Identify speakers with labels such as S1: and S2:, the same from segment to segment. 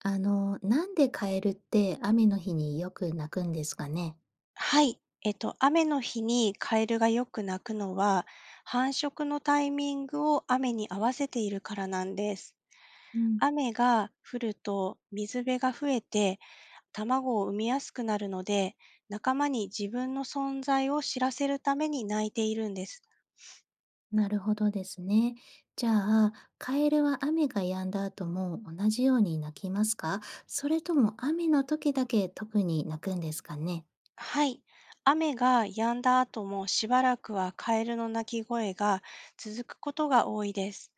S1: あの、なんでカエルって雨の日によく鳴くんですかね。
S2: はい。雨の日にカエルがよく鳴くのは、繁殖のタイミングを雨に合わせているからなんです。
S1: うん、
S2: 雨が降ると水辺が増えて卵を産みやすくなるので、仲間に自分の存在を知らせるために鳴いているんです。
S1: なるほどですね。じゃあ、カエルは雨が止んだ後も同じように鳴きますか、それとも雨の時だけ特に鳴くんですかね。
S2: はい。雨が止んだ後もしばらくはカエルの鳴き声が続くことが多いです。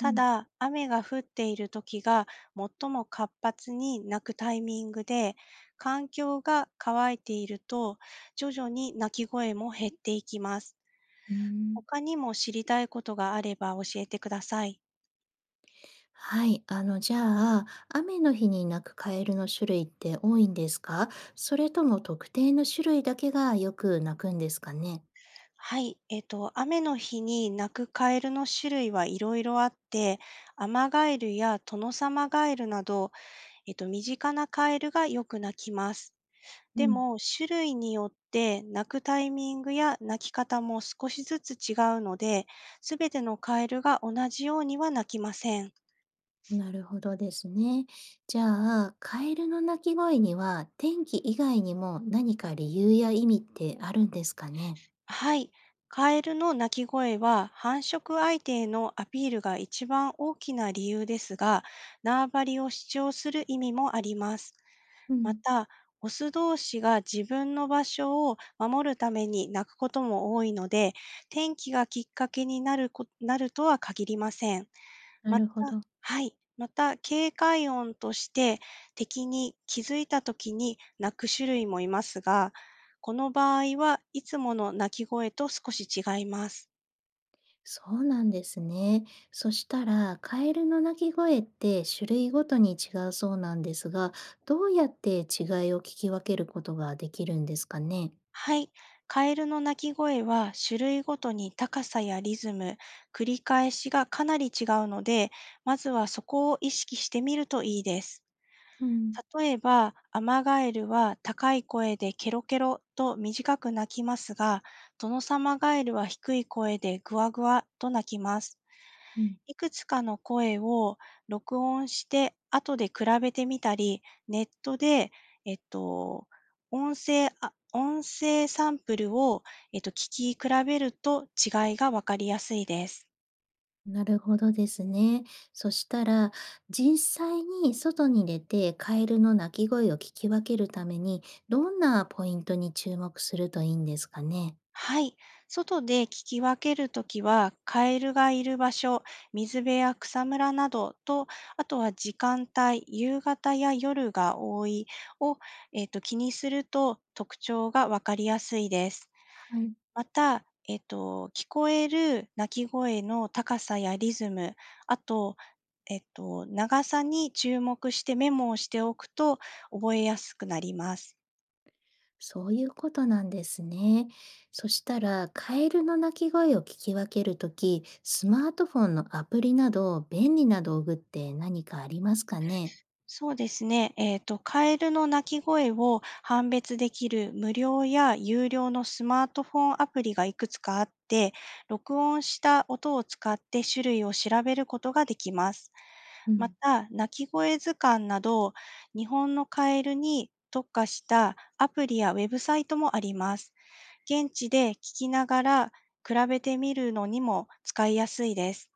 S1: うん、
S2: だ、雨が降っている時が最も活発に鳴くタイミングで、環境が乾いていると徐々に鳴き声も減っていきます。
S1: うーん。
S2: 他にも知りたいことがあれば教えてください。
S1: はい、あの、じゃあ、雨の日に鳴くカエルの種類って多いんですか、それとも特定の種類だけがよく鳴くんですかね。
S2: はい。雨の日に鳴くカエルの種類はいろいろあって、アマガエルやトノサマガエルなど身近なカエルがよく鳴きます。でも、種類によって鳴くタイミングや鳴き方も少しずつ違うので、すべてのカエルが同じようには鳴きません。
S1: なるほどですね。じゃあ、カエルの鳴き声には天気以外にも何か理由や意味ってあるんですかね。
S2: はい。カエルの鳴き声は繁殖相手へのアピールが一番大きな理由ですが、縄張りを主張する意味もあります。
S1: う
S2: ま
S1: ん、
S2: た、オス同士が自分の場所を守るために鳴くことも多いので、天気がきっかけになるとは限りません。
S1: な
S2: また
S1: るほど。
S2: はい。また、警戒音として敵に気づいた時に鳴く種類もいますが、この場合はいつもの鳴き声と少し違います。
S1: そうなんですね。そしたら、カエルの鳴き声って種類ごとに違うそうなんですが、どうやって違いを聞き分けることができるんですかね。
S2: はい。カエルの鳴き声は種類ごとに高さやリズム、繰り返しがかなり違うので、まずはそこを意識してみるといいです。
S1: うん。
S2: 例えば、アマガエルは高い声でケロケロと短く鳴きますが、トノサマガエルは低い声でグワグワと鳴きます。
S1: うん。
S2: いくつかの声を録音して、後で比べてみたり、ネットで、えっと、音声サンプルを、聞き比べると違いがわかりやすいです。
S1: なるほどですね。そしたら、実際に外に出てカエルの鳴き声を聞き分けるために、どんなポイントに注目するといいんですかね？
S2: はい。外で聞き分けるときは、カエルがいる場所、水辺や草むらなどと、あとは時間帯、夕方や夜が多いを、気にすると特徴がわかりやすいです。
S1: はい、
S2: また、聞こえる鳴き声の高さやリズム、あと、長さに注目してメモをしておくと覚えやすくなります。
S1: そういうことなんですね。そしたら、カエルの鳴き声を聞き分けるとき、スマートフォンのアプリなど便利な道具って何かありますかね？
S2: そうですね。カエルの鳴き声を判別できる無料や有料のスマートフォンアプリがいくつかあって、録音した音を使って種類を調べることができます。
S1: う
S2: ま
S1: ん。
S2: た、鳴き声図鑑など、日本のカエルに特化したアプリやウェブサイトもあります。現地で聞きながら比べてみるのにも使いやすいです。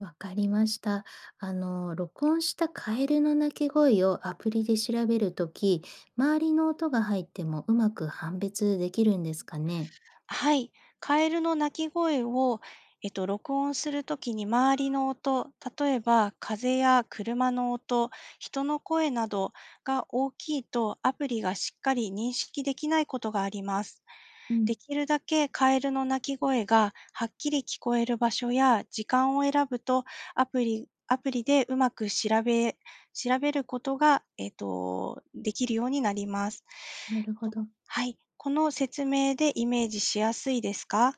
S1: わかりました。あの、録音したカエルの鳴き声をアプリで調べるとき、周りの音が入ってもうまく判別できるんですかね。
S2: はい。カエルの鳴き声を、録音するときに周りの音、例えば風や車の音、人の声などが大きいとアプリがしっかり認識できないことがあります。
S1: うん、
S2: できるだけカエルの鳴き声がはっきり聞こえる場所や時間を選ぶと、アプリでうまく調べることが、できるようになります。
S1: なるほ
S2: と
S1: ど。
S2: はい、この説明でイメージしやすいですか？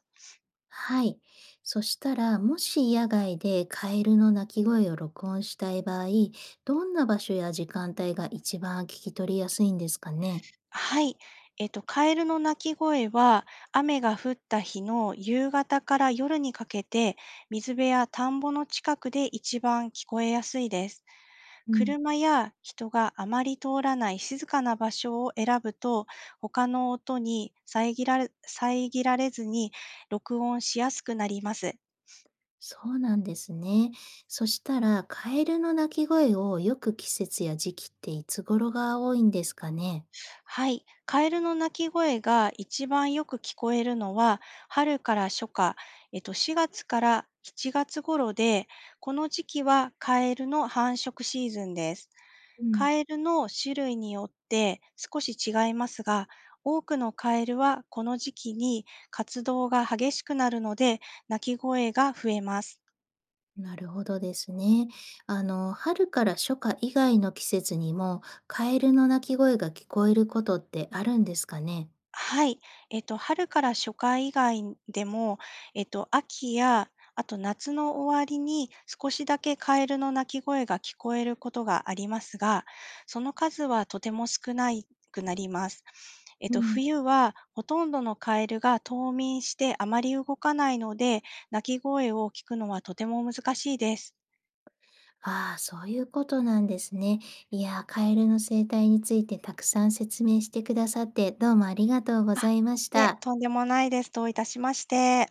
S1: はい。そしたら、もし野外でカエルの鳴き声を録音したい場合、どんな場所や時間帯が一番聞き取りやすいんですかね。
S2: はい。カエルの鳴き声は、雨が降った日の夕方から夜にかけて、水辺や田んぼの近くで一番聞こえやすいです。
S1: うん、
S2: 車や人があまり通らない静かな場所を選ぶと、他の音に遮られずに録音しやすくなります。
S1: そうなんですね。そしたら、カエルの鳴き声をよく季節や時期っていつ頃が多いんですかね。
S2: はい。カエルの鳴き声が一番よく聞こえるのは、春から初夏、4月から7月頃で、この時期はカエルの繁殖シーズンです。
S1: うん、
S2: カエルの種類によって少し違いますが、多くのカエルはこの時期に活動が激しくなるので、鳴き声が増えます。
S1: なるほどですね。あの、春から初夏以外の季節にも、カエルの鳴き声が聞こえることってあるんですかね。
S2: はい。春から初夏以外でも、秋や、あと夏の終わりに少しだけカエルの鳴き声が聞こえることがありますが、その数はとても少なくなります。
S1: うん。
S2: 冬はほとんどのカエルが冬眠してあまり動かないので、鳴き声を聞くのはとても難しいです。
S1: ああ、そういうことなんですね。いやー、カエルの生態についてたくさん説明してくださって、どうもありがとうご
S2: あ、
S1: ざいまし
S2: いえ、
S1: た。
S2: とんでもないです。どういたしまして。